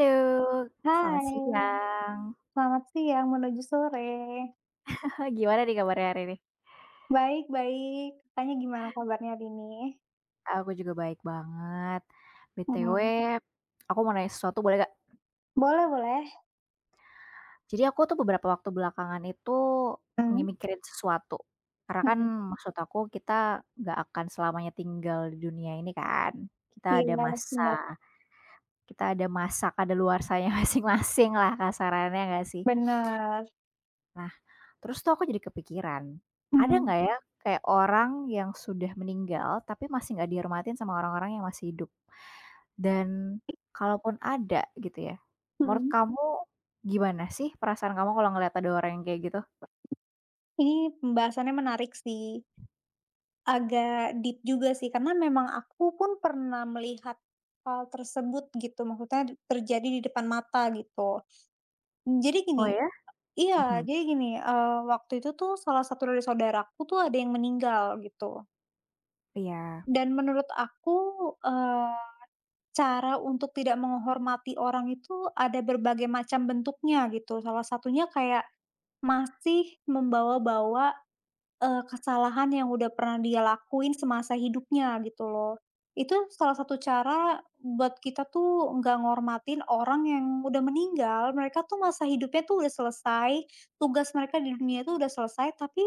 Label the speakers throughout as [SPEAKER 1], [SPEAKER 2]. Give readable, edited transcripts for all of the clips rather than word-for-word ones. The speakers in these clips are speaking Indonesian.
[SPEAKER 1] Halo, selamat
[SPEAKER 2] Hai,
[SPEAKER 1] siang.
[SPEAKER 2] selamat siang menuju sore.
[SPEAKER 1] Gimana nih kabarnya hari ini?
[SPEAKER 2] Baik baik, Kakaknya gimana kabarnya hari ini?
[SPEAKER 1] Aku juga baik banget. BTW,
[SPEAKER 2] Mhm,
[SPEAKER 1] aku mau nanya sesuatu boleh nggak?
[SPEAKER 2] boleh boleh.
[SPEAKER 1] Jadi aku tuh beberapa waktu belakangan itu nge
[SPEAKER 2] Mhm
[SPEAKER 1] sesuatu. Karena kan
[SPEAKER 2] mhm,
[SPEAKER 1] maksud aku kita nggak akan selamanya tinggal di dunia ini kan.
[SPEAKER 2] iya
[SPEAKER 1] Kita ada
[SPEAKER 2] benar-benar.
[SPEAKER 1] masa Kita ada masa kadaluarsanya masing-masing lah kasarannya nggak sih? Nah, terus tuh aku jadi kepikiran, ada
[SPEAKER 2] Mhm
[SPEAKER 1] nggak ya kayak orang yang sudah meninggal tapi masih nggak dihormatin sama orang-orang yang masih hidup? Dan kalaupun ada gitu ya, menurut
[SPEAKER 2] mhm.
[SPEAKER 1] kamu gimana sih perasaan kamu kalau ngeliat ada orang yang kayak gitu?
[SPEAKER 2] Ini pembahasannya menarik sih, agak deep juga sih karena memang aku pun pernah melihat hal tersebut gitu, maksudnya terjadi di depan mata gitu. Jadi gini,
[SPEAKER 1] Oh ya?
[SPEAKER 2] iya,
[SPEAKER 1] Mhm,
[SPEAKER 2] jadi gini, waktu itu tuh salah satu dari saudaraku tuh ada yang meninggal gitu.
[SPEAKER 1] iya,
[SPEAKER 2] Dan menurut aku, eee, cara untuk tidak menghormati orang itu ada berbagai macam bentuknya gitu, salah satunya kayak masih membawa-bawa kesalahan yang udah pernah dia lakuin semasa hidupnya gitu loh. Itu salah satu cara buat kita tuh nggak ngormatin orang yang udah meninggal, mereka tuh masa hidupnya tuh udah selesai, tugas mereka di dunia itu udah selesai, tapi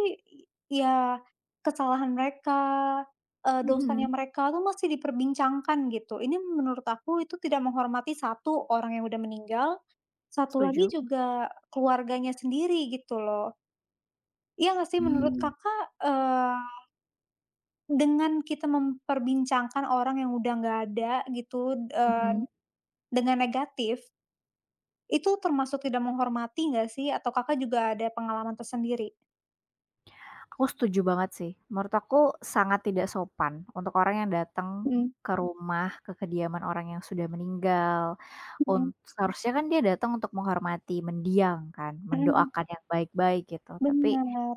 [SPEAKER 2] i ya kesalahan mereka, dosanya
[SPEAKER 1] mhm,
[SPEAKER 2] mereka tuh masih diperbincangkan gitu. Ini menurut aku itu tidak menghormati satu orang yang udah meninggal, satu lagi
[SPEAKER 1] setuju.
[SPEAKER 2] juga keluarganya sendiri gitu loh. Iya nggak sih menurut
[SPEAKER 1] Mmm,
[SPEAKER 2] Kakak, dengan kita memperbincangkan orang yang udah nggak ada gitu, eee,
[SPEAKER 1] mhm,
[SPEAKER 2] dengan negatif, itu termasuk tidak menghormati nggak sih? Atau Kakak juga ada pengalaman tersendiri?
[SPEAKER 1] aku setuju banget sih. Menurut aku sangat tidak sopan untuk orang yang datang
[SPEAKER 2] Mhm.
[SPEAKER 1] ke rumah, ke kediaman orang yang sudah meninggal.
[SPEAKER 2] Mhm
[SPEAKER 1] Seharusnya kan dia datang untuk menghormati mendiang, kan,
[SPEAKER 2] mhm,
[SPEAKER 1] mendoakan yang baik-baik gitu, tapi
[SPEAKER 2] bener,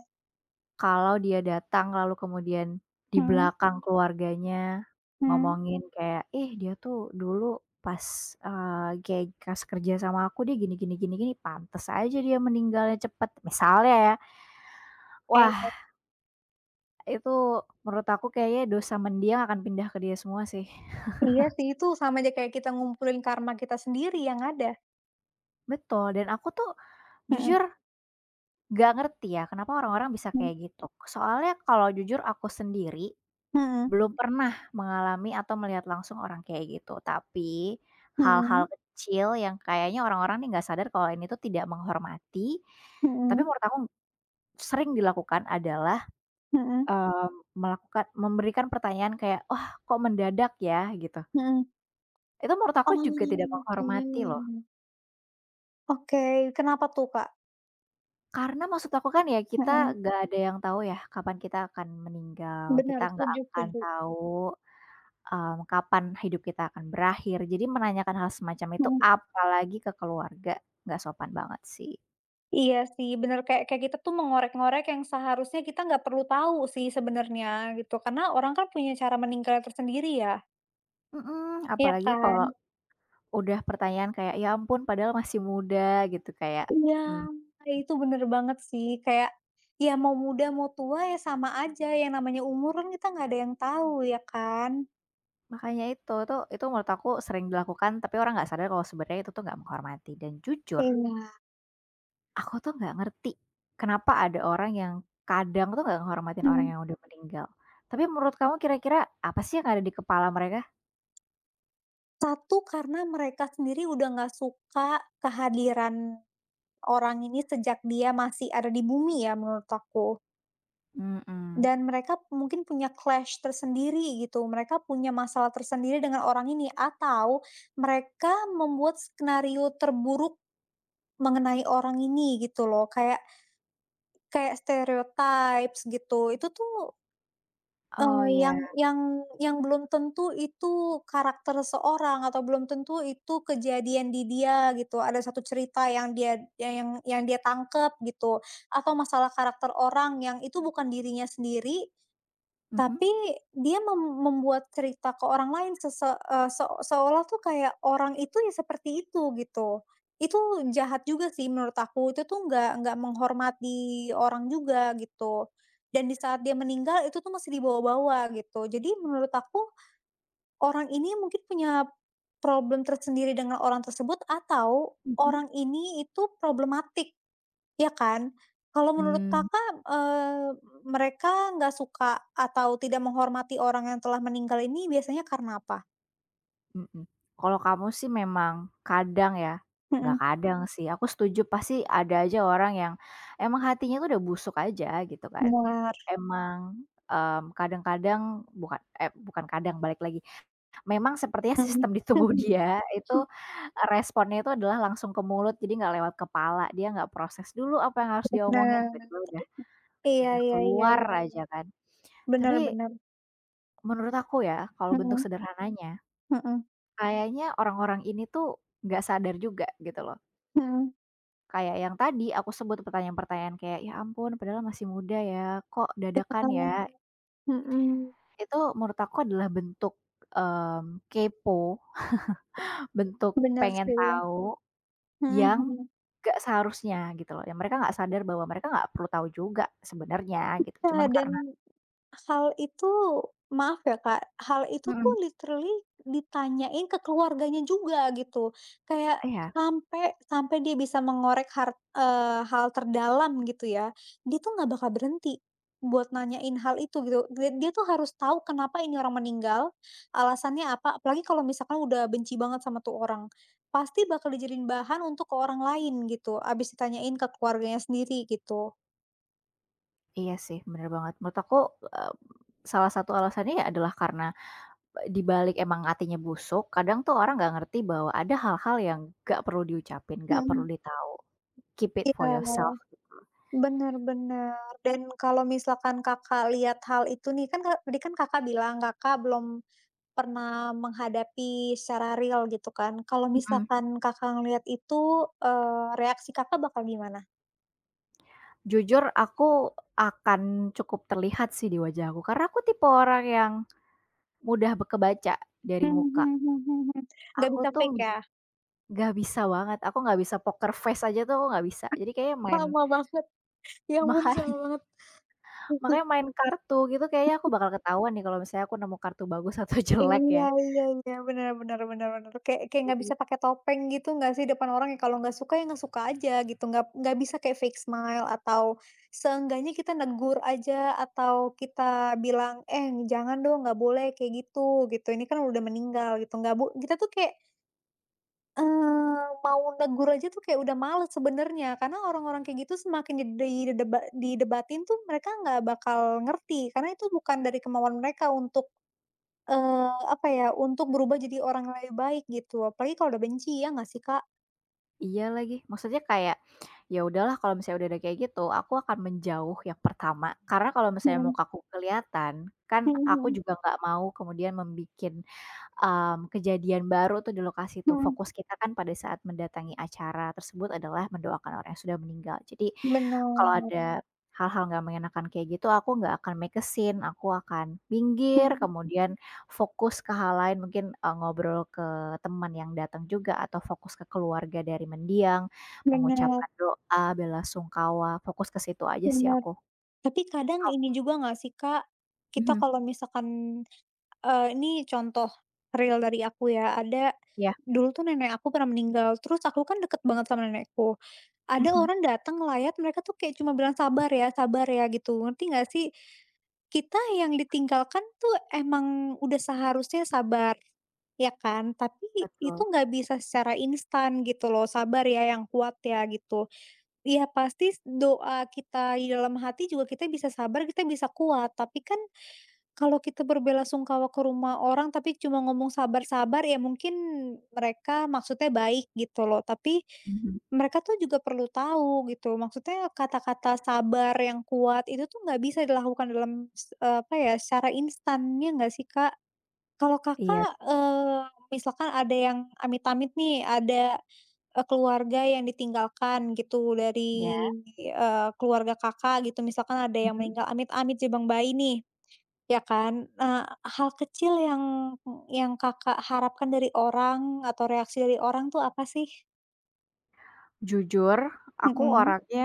[SPEAKER 1] kalau dia datang lalu kemudian di
[SPEAKER 2] mhm
[SPEAKER 1] belakang keluarganya
[SPEAKER 2] mhm.
[SPEAKER 1] ngomongin kayak, "Ih, dia tuh dulu pas, kayak pas kerja sama aku dia gini gini gini gini, pantes aja dia meninggalnya cepet," misalnya ya.
[SPEAKER 2] Eh,
[SPEAKER 1] Wah, itu menurut aku kayaknya dosa mendiang akan pindah ke dia semua sih.
[SPEAKER 2] iya sih itu sama aja kayak kita ngumpulin karma kita sendiri yang ada.
[SPEAKER 1] Betul. Dan aku tuh
[SPEAKER 2] Mhm.
[SPEAKER 1] jujur gak ngerti ya kenapa orang-orang bisa
[SPEAKER 2] Mhm.
[SPEAKER 1] kayak gitu. Soalnya kalau jujur aku sendiri,
[SPEAKER 2] Mhm
[SPEAKER 1] belum pernah mengalami atau melihat langsung orang kayak gitu. Tapi hal-hal
[SPEAKER 2] mhm
[SPEAKER 1] kecil yang kayaknya orang-orang nih nggak sadar kalau ini tuh tidak menghormati, tapi
[SPEAKER 2] mhm
[SPEAKER 1] menurut aku sering dilakukan adalah,
[SPEAKER 2] mhm mhm
[SPEAKER 1] eee, melakukan memberikan pertanyaan kayak, "Wah, kok mendadak ya?" Gitu.
[SPEAKER 2] mhm.
[SPEAKER 1] Itu menurut
[SPEAKER 2] Oh,
[SPEAKER 1] aku juga tidak menghormati loh.
[SPEAKER 2] oke. Oke, kenapa tuh, Kak?
[SPEAKER 1] Karena maksud aku kan ya kita
[SPEAKER 2] Mhm.
[SPEAKER 1] nggak ada yang tahu ya kapan kita akan meninggal,
[SPEAKER 2] Benar,
[SPEAKER 1] kita nggak
[SPEAKER 2] setuju
[SPEAKER 1] akan
[SPEAKER 2] setuju.
[SPEAKER 1] tahu kapan hidup kita akan berakhir. Jadi menanyakan hal semacam itu
[SPEAKER 2] Mhm.
[SPEAKER 1] apalagi ke keluarga, nggak sopan banget sih.
[SPEAKER 2] Iya sih, bener kayak kayak kita tuh mengorek-ngorek yang seharusnya kita nggak perlu tahu sih sebenarnya gitu, karena orang kan punya cara meninggalnya tersendiri ya,
[SPEAKER 1] Mhm,
[SPEAKER 2] iya
[SPEAKER 1] apalagi
[SPEAKER 2] kan?
[SPEAKER 1] kalau udah pertanyaan kayak, "Ya ampun, padahal masih muda," gitu kayak,
[SPEAKER 2] Iya,
[SPEAKER 1] mmm,
[SPEAKER 2] itu bener banget sih, kayak, ya mau muda mau tua ya sama aja, yang namanya umur kan kita nggak ada yang tahu ya kan?
[SPEAKER 1] makanya itu tuh itu menurut aku sering dilakukan tapi orang nggak sadar kalau sebenarnya itu tuh nggak menghormati dan jujur,
[SPEAKER 2] Iya,
[SPEAKER 1] aku tuh nggak ngerti kenapa ada orang yang kadang tuh nggak ngehormatin orang
[SPEAKER 2] mhm.
[SPEAKER 1] yang udah meninggal. Tapi menurut kamu kira-kira apa sih yang ada di kepala mereka?
[SPEAKER 2] Satu, karena mereka sendiri udah nggak suka kehadiran orang ini sejak dia masih ada di bumi ya menurut aku.
[SPEAKER 1] Mhm.
[SPEAKER 2] Dan mereka mungkin punya clash tersendiri gitu, mereka punya masalah tersendiri dengan orang ini atau mereka membuat skenario terburuk mengenai orang ini gitu loh, kayak kayak stereotypes gitu. Itu tuh,
[SPEAKER 1] Oh
[SPEAKER 2] eee,
[SPEAKER 1] ya.
[SPEAKER 2] yang yang yang belum tentu itu karakter seseorang atau belum tentu itu kejadian di dia gitu. Ada satu cerita yang dia tangkep gitu, atau masalah karakter orang yang itu bukan dirinya sendiri tapi dia membuat cerita ke orang lain sese eee, se seolah tuh kayak orang itu ya seperti itu gitu. Itu jahat juga sih menurut aku, itu tuh nggak menghormati orang juga gitu. Dan di saat dia meninggal itu tuh masih dibawa-bawa gitu. Jadi menurut aku orang ini mungkin punya problem tersendiri dengan orang tersebut atau
[SPEAKER 1] Mhm.
[SPEAKER 2] orang ini itu problematik. Iya kan? Kalau menurut
[SPEAKER 1] Mmm,
[SPEAKER 2] Kakak, eee, mereka nggak suka atau tidak menghormati orang yang telah meninggal ini biasanya karena apa?
[SPEAKER 1] mhm. Kalau kamu sih memang kadang ya, nggak
[SPEAKER 2] Mhm,
[SPEAKER 1] kadang Mhm. sih, aku setuju pasti ada aja orang yang emang hatinya tuh udah busuk aja gitu kan.
[SPEAKER 2] benar,
[SPEAKER 1] Emang, kadang-kadang bukan eh, bukan kadang balik lagi, memang sepertinya
[SPEAKER 2] mhm,
[SPEAKER 1] sistem di tubuh dia itu responnya itu adalah langsung ke mulut jadi nggak lewat kepala, dia nggak proses dulu apa yang harus dia omongin,
[SPEAKER 2] benar.
[SPEAKER 1] tiba-tiba udah
[SPEAKER 2] Iya
[SPEAKER 1] udah
[SPEAKER 2] iya iya
[SPEAKER 1] keluar
[SPEAKER 2] iya,
[SPEAKER 1] aja kan.
[SPEAKER 2] benar
[SPEAKER 1] Tapi
[SPEAKER 2] benar,
[SPEAKER 1] menurut aku ya, kalau bentuk
[SPEAKER 2] mhm
[SPEAKER 1] sederhananya,
[SPEAKER 2] mhm
[SPEAKER 1] kayaknya orang-orang ini tuh nggak sadar juga gitu loh.
[SPEAKER 2] mhm.
[SPEAKER 1] Kayak yang tadi aku sebut pertanyaan-pertanyaan kayak, "Ya ampun, padahal masih muda ya, kok dadakan ya?"
[SPEAKER 2] Mhm,
[SPEAKER 1] Itu menurut aku adalah bentuk, kepo, bentuk
[SPEAKER 2] benar
[SPEAKER 1] pengen
[SPEAKER 2] sih,
[SPEAKER 1] tahu
[SPEAKER 2] mhm
[SPEAKER 1] yang
[SPEAKER 2] mhm.
[SPEAKER 1] gak seharusnya gitu loh, yang mereka nggak sadar bahwa mereka nggak perlu tahu juga sebenarnya gitu, cuman
[SPEAKER 2] Iya
[SPEAKER 1] karena
[SPEAKER 2] dan Hal itu maaf ya Kak, hal itu tuh
[SPEAKER 1] mhm,
[SPEAKER 2] literally ditanyain ke keluarganya juga gitu. Kayak
[SPEAKER 1] iya,
[SPEAKER 2] sampai sampai dia bisa mengorek hal terdalam gitu ya, dia tuh nggak bakal berhenti buat nanyain hal itu gitu. Dia dia tuh harus tahu kenapa ini orang meninggal, alasannya apa, apalagi kalau misalkan udah benci banget sama tuh orang. Pasti bakal dijadiin bahan untuk ke orang lain gitu, abis ditanyain ke keluarganya sendiri gitu.
[SPEAKER 1] iya sih bener banget. Menurut aku, eee, salah satu alasannya ya adalah karena dibalik emang hatinya busuk, kadang tuh orang nggak ngerti bahwa ada hal-hal yang nggak perlu diucapin, nggak perlu
[SPEAKER 2] Mhm,
[SPEAKER 1] ditahu. Keep it for
[SPEAKER 2] iya.
[SPEAKER 1] yourself.
[SPEAKER 2] Bener bener, dan kalau misalkan Kakak lihat hal itu nih, kan Kak tadi kan Kakak bilang Kakak belum pernah menghadapi secara real gitu kan. Kalau
[SPEAKER 1] Mhm.
[SPEAKER 2] misalkan Kakak ngelihat itu, reaksi Kakak bakal gimana?
[SPEAKER 1] Jujur aku akan cukup terlihat sih di wajah aku, karena aku tipe orang yang mudah kebaca dari
[SPEAKER 2] Mhm
[SPEAKER 1] muka.
[SPEAKER 2] mhm mhm mhm. Nggak
[SPEAKER 1] Aku
[SPEAKER 2] bisa
[SPEAKER 1] tuh
[SPEAKER 2] fake ya?
[SPEAKER 1] nggak bisa banget, aku nggak bisa poker face aja tuh aku nggak bisa. Jadi kayaknya main
[SPEAKER 2] Sama banget, ya ampun sama
[SPEAKER 1] makanya
[SPEAKER 2] banget.
[SPEAKER 1] makanya main kartu gitu kayaknya aku bakal ketahuan nih kalau misalnya aku nemu kartu bagus atau jelek
[SPEAKER 2] Iya
[SPEAKER 1] ya,
[SPEAKER 2] iya iya, bener bener bener bener, kayak kayak nggak
[SPEAKER 1] gitu.
[SPEAKER 2] bisa pakai topeng gitu nggak sih depan orang ya, kalau nggak suka ya nggak suka aja gitu, nggak bisa kayak fake smile atau seenggaknya kita negur aja atau kita bilang, "Eh, jangan dong, nggak boleh kayak gitu," gitu, "ini kan udah meninggal," gitu, nggak kita tuh kayak, mau negur aja tuh kayak udah males sebenarnya, karena orang-orang kayak gitu semakin didebatin tuh mereka nggak bakal ngerti, karena itu bukan dari kemauan mereka untuk Eee, apa ya, untuk berubah jadi orang yang lebih baik gitu, apalagi kalau udah benci, ya nggak sih, Kak?
[SPEAKER 1] Iya lagi, maksudnya kayak, ya udahlah kalau misalnya udah ada kayak gitu, aku akan menjauh yang pertama, karena kalau misalnya
[SPEAKER 2] Mhm
[SPEAKER 1] mukaku kelihatan, kan aku
[SPEAKER 2] mhm
[SPEAKER 1] juga nggak mau kemudian membuat kejadian baru tuh di lokasi tuh.
[SPEAKER 2] mhm.
[SPEAKER 1] Fokus kita kan pada saat mendatangi acara tersebut adalah mendoakan orang yang sudah meninggal. Jadi kalau
[SPEAKER 2] Bener.
[SPEAKER 1] ada hal-hal nggak mengenakan kayak gitu, aku nggak akan make a scene, aku akan minggir,
[SPEAKER 2] Mhm.
[SPEAKER 1] kemudian fokus ke hal lain, mungkin, ngobrol teman yang datang juga atau fokus ke keluarga dari mendiang,
[SPEAKER 2] Bener
[SPEAKER 1] mengucapkan doa, belasungkawa, fokus ke situ aja sih
[SPEAKER 2] bener.
[SPEAKER 1] aku.
[SPEAKER 2] Tapi kadang
[SPEAKER 1] Kau
[SPEAKER 2] ini juga nggak sih, Kak, kita
[SPEAKER 1] mhm,
[SPEAKER 2] kalau misalkan ini contoh real dari aku ya, ada
[SPEAKER 1] iya,
[SPEAKER 2] dulu tuh nenek aku pernah meninggal, terus aku kan deket banget sama nenekku. Ada
[SPEAKER 1] mhm,
[SPEAKER 2] orang datang ngelayat, mereka tuh kayak cuma bilang, sabar ya," gitu, ngerti nggak sih? Kita yang ditinggalkan tuh emang udah seharusnya sabar, ya kan? Tapi itu
[SPEAKER 1] betul,
[SPEAKER 2] nggak bisa secara instan gitu loh, sabar ya yang kuat ya gitu. Ya pasti doa kita di dalam hati juga kita bisa sabar, kita bisa kuat, tapi kan kalau kita berbelasungkawa ke rumah orang tapi cuma ngomong sabar-sabar ya mungkin mereka maksudnya baik gitu loh, tapi
[SPEAKER 1] mhm,
[SPEAKER 2] mereka tuh juga perlu tahu gitu. Maksudnya kata-kata sabar yang kuat itu tuh nggak bisa dilakukan dalam apa ya, secara instannya nggak sih, Kak? Kalau
[SPEAKER 1] iya
[SPEAKER 2] Kakak,
[SPEAKER 1] sih,
[SPEAKER 2] misalkan ada yang amit-amit nih, ada, keluarga yang ditinggalkan gitu
[SPEAKER 1] iya,
[SPEAKER 2] dari, keluarga Kakak gitu, misalkan ada yang
[SPEAKER 1] mhm.
[SPEAKER 2] meninggal amit-amit, si bayi nih. Ya kan? Hal kecil yang Kakak harapkan dari orang atau reaksi dari orang tuh apa sih?
[SPEAKER 1] Jujur, aku
[SPEAKER 2] Mhm
[SPEAKER 1] orangnya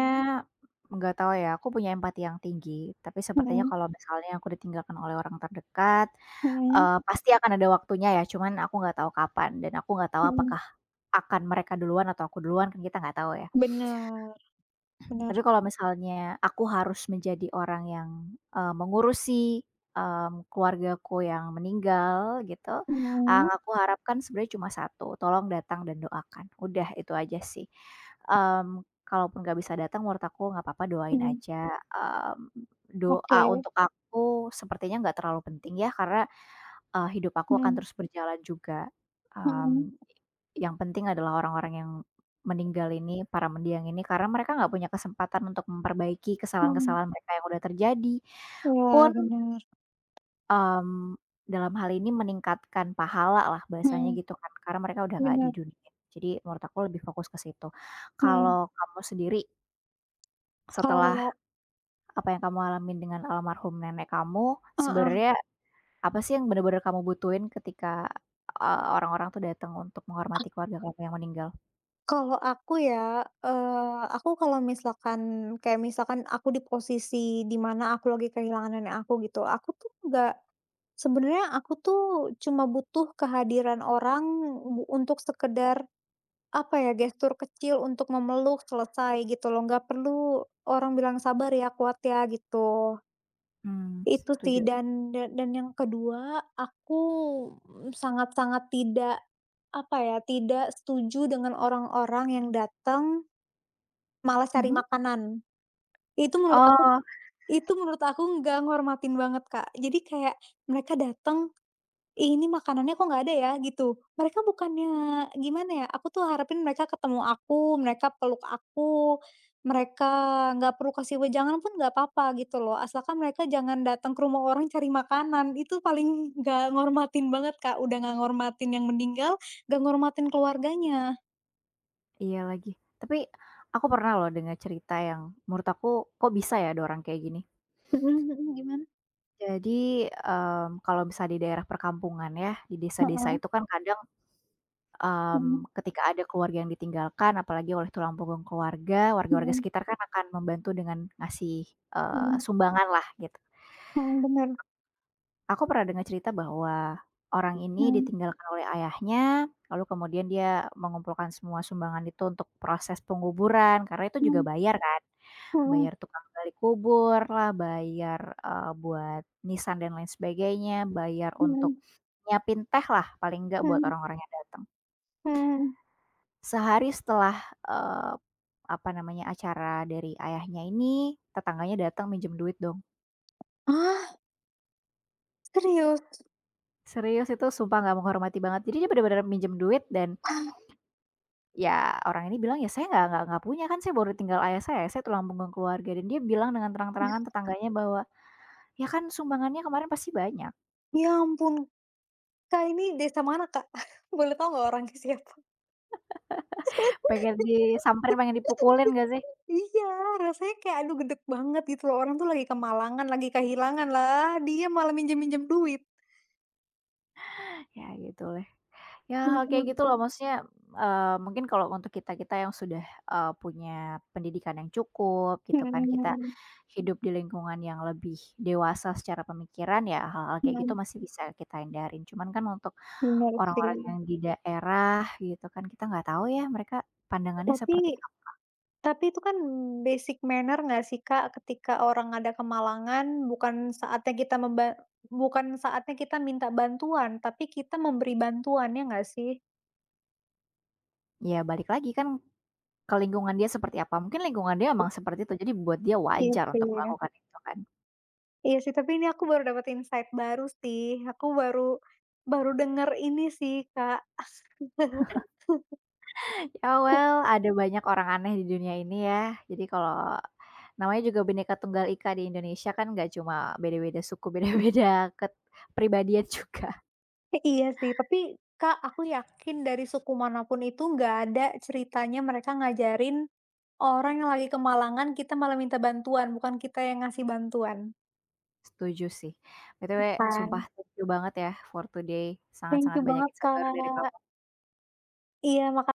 [SPEAKER 1] nggak tahu ya, aku punya empati yang tinggi, tapi sepertinya
[SPEAKER 2] mhm
[SPEAKER 1] kalau misalnya aku ditinggalkan oleh orang terdekat,
[SPEAKER 2] mhm
[SPEAKER 1] pasti akan ada waktunya ya, cuman aku nggak tahu kapan dan aku nggak tahu
[SPEAKER 2] mhm.
[SPEAKER 1] apakah akan mereka duluan atau aku duluan, kan kita nggak tahu ya.
[SPEAKER 2] Bener bener.
[SPEAKER 1] Tapi kalau misalnya aku harus menjadi orang yang, mengurusi, keluargaku yang meninggal gitu, yang
[SPEAKER 2] Mhm
[SPEAKER 1] aku harapkan sebenarnya cuma satu, tolong datang dan doakan, udah itu aja sih. Kalaupun nggak bisa datang menurut aku nggak apa-apa doain
[SPEAKER 2] mhm.
[SPEAKER 1] aja,
[SPEAKER 2] Oke.
[SPEAKER 1] doa untuk aku sepertinya nggak terlalu penting ya karena hidup aku akan
[SPEAKER 2] Mhm
[SPEAKER 1] terus berjalan juga,
[SPEAKER 2] mhm
[SPEAKER 1] mmm, yang penting adalah orang-orang yang meninggal ini, para mendiang ini, karena mereka nggak punya kesempatan untuk memperbaiki
[SPEAKER 2] mhm.
[SPEAKER 1] kesalahan-kesalahan mereka yang udah terjadi,
[SPEAKER 2] Iya
[SPEAKER 1] pun,
[SPEAKER 2] bener.
[SPEAKER 1] mmm, dalam hal ini meningkatkan pahala lah bahasanya
[SPEAKER 2] Mhm,
[SPEAKER 1] gitu kan, karena mereka udah nggak di
[SPEAKER 2] bener.
[SPEAKER 1] dunia. Jadi menurut aku lebih fokus ke situ.
[SPEAKER 2] Mhm.
[SPEAKER 1] Kalau kamu sendiri, setelah
[SPEAKER 2] Kalau
[SPEAKER 1] apa yang kamu alamin dengan almarhum nenek kamu,
[SPEAKER 2] heeh,
[SPEAKER 1] sebenarnya apa sih yang bener-bener kamu butuhin ketika, orang-orang tuh datang untuk menghormati
[SPEAKER 2] ak
[SPEAKER 1] keluarga kamu yang meninggal?
[SPEAKER 2] kalau aku ya, aku kalau misalkan kayak misalkan aku di posisi di mana aku lagi kehilangan nenek aku gitu, aku tuh nggak. Sebenarnya aku tuh cuma butuh kehadiran orang untuk sekedar, apa ya, gestur kecil untuk memeluk, selesai gitu loh, nggak perlu orang bilang, "Sabar ya, kuat ya," gitu.
[SPEAKER 1] Mmm,
[SPEAKER 2] Itu sih
[SPEAKER 1] setuju.
[SPEAKER 2] dan dan yang kedua, aku mm, sangat-sangat tidak, apa ya, tidak setuju dengan orang-orang yang datang malah cari
[SPEAKER 1] Mhm.
[SPEAKER 2] makanan. Itu menurut aku
[SPEAKER 1] Oh,
[SPEAKER 2] itu menurut aku nggak nghormatin banget, Kak. Jadi kayak mereka datang, "Ih, ini makanannya kok nggak ada ya," gitu. Mereka bukannya gimana ya, aku tuh harapin mereka ketemu aku, mereka peluk aku, mereka nggak perlu kasih wejangan pun nggak apa-apa gitu loh, asalkan mereka jangan datang ke rumah orang cari makanan, itu paling nggak ngormatin banget, Kak, udah nggak ngormatin yang meninggal, nggak ngormatin keluarganya.
[SPEAKER 1] iya lagi. Tapi aku pernah loh dengar cerita yang menurut aku, kok bisa ya ada orang kayak gini.
[SPEAKER 2] Mhm mhm, gimana?
[SPEAKER 1] Jadi, kalau misalnya di daerah perkampungan ya, di desa-desa
[SPEAKER 2] Heeh,
[SPEAKER 1] itu kan kadang,
[SPEAKER 2] mhm,
[SPEAKER 1] ketika ada keluarga yang ditinggalkan, apalagi oleh tulang punggung keluarga, warga-warga
[SPEAKER 2] mhm,
[SPEAKER 1] sekitar kan akan membantu dengan ngasih,
[SPEAKER 2] mhm,
[SPEAKER 1] sumbangan lah gitu.
[SPEAKER 2] mhm, bener,
[SPEAKER 1] Aku pernah dengar cerita bahwa orang ini
[SPEAKER 2] mhm,
[SPEAKER 1] ditinggalkan oleh ayahnya, lalu kemudian dia mengumpulkan semua sumbangan itu untuk proses penguburan, karena itu juga
[SPEAKER 2] mhm,
[SPEAKER 1] bayar kan,
[SPEAKER 2] mhm,
[SPEAKER 1] bayar tukang gali kubur lah, bayar, buat nisan dan lain sebagainya, bayar
[SPEAKER 2] mhm,
[SPEAKER 1] untuk nyiapin teh lah paling enggak buat
[SPEAKER 2] mhm,
[SPEAKER 1] orang-orang yang datang.
[SPEAKER 2] mhm.
[SPEAKER 1] Sehari setelah, eee, apa namanya, acara dari ayahnya ini, tetangganya datang minjem duit dong.
[SPEAKER 2] Ah, serius?
[SPEAKER 1] Serius itu sumpah nggak menghormati banget. Jadi dia bener-bener minjem duit dan ya, orang ini bilang, "Ya saya nggak punya, kan saya baru tinggal ayah saya tulang punggung keluarga." Dan dia bilang dengan terang-terangan tetangganya bahwa, "Ya kan sumbangannya kemarin pasti banyak."
[SPEAKER 2] Ya ampun. Kak, ini desa mana, Kak? Boleh tahu nggak orangnya siapa?
[SPEAKER 1] Pengen disamperin, pengen dipukulin gak sih?
[SPEAKER 2] Iya, rasanya kayak aduh gedeg banget gitu loh, orang tuh lagi kemalangan, lagi kehilangan lah, dia malah minjem-minjem duit.
[SPEAKER 1] Ya gitu leh. Ya hal kayak
[SPEAKER 2] Mhm,
[SPEAKER 1] gitu loh, maksudnya, mungkin kalau untuk kita-kita yang sudah, punya pendidikan yang cukup gitu kan, kita
[SPEAKER 2] mhm,
[SPEAKER 1] hidup di lingkungan yang lebih dewasa secara pemikiran, ya hal-hal kayak gitu
[SPEAKER 2] mhm,
[SPEAKER 1] masih bisa kita hindarin. Cuman kan untuk
[SPEAKER 2] bener sih.
[SPEAKER 1] orang-orang yang di daerah gitu kan, kita nggak tahu ya mereka pandangannya
[SPEAKER 2] Tapi
[SPEAKER 1] seperti apa,
[SPEAKER 2] tapi itu kan basic manner nggak sih, Kak, ketika orang ada kemalangan, bukan saatnya kita bukan saatnya kita minta bantuan, tapi kita memberi bantuan, ya nggak sih?
[SPEAKER 1] ya balik lagi kan ke lingkungan dia seperti apa, mungkin lingkungan dia emang seperti itu, jadi buat dia
[SPEAKER 2] Iya
[SPEAKER 1] wajar untuk
[SPEAKER 2] sih.
[SPEAKER 1] melakukan itu kan.
[SPEAKER 2] Iya sih, tapi ini aku baru dapat insight baru sih. Aku baru baru denger ini sih, Kak.
[SPEAKER 1] Ya well, ada banyak orang aneh di dunia ini ya, jadi kalau namanya juga Bhinneka Tunggal Ika di Indonesia kan nggak cuma beda-beda suku, beda-beda kepribadian juga.
[SPEAKER 2] Iya sih, tapi Kak, aku yakin dari suku manapun itu nggak ada ceritanya mereka ngajarin orang yang lagi kemalangan, kita malah minta bantuan, bukan kita yang ngasih bantuan,
[SPEAKER 1] Setuju sih. BTW sumpah
[SPEAKER 2] kan.
[SPEAKER 1] thank you banget ya for today,
[SPEAKER 2] Thank
[SPEAKER 1] sangat-sangat
[SPEAKER 2] you
[SPEAKER 1] banyak
[SPEAKER 2] banget,
[SPEAKER 1] insight baru dari
[SPEAKER 2] Kak.
[SPEAKER 1] kamu.
[SPEAKER 2] Iya, mak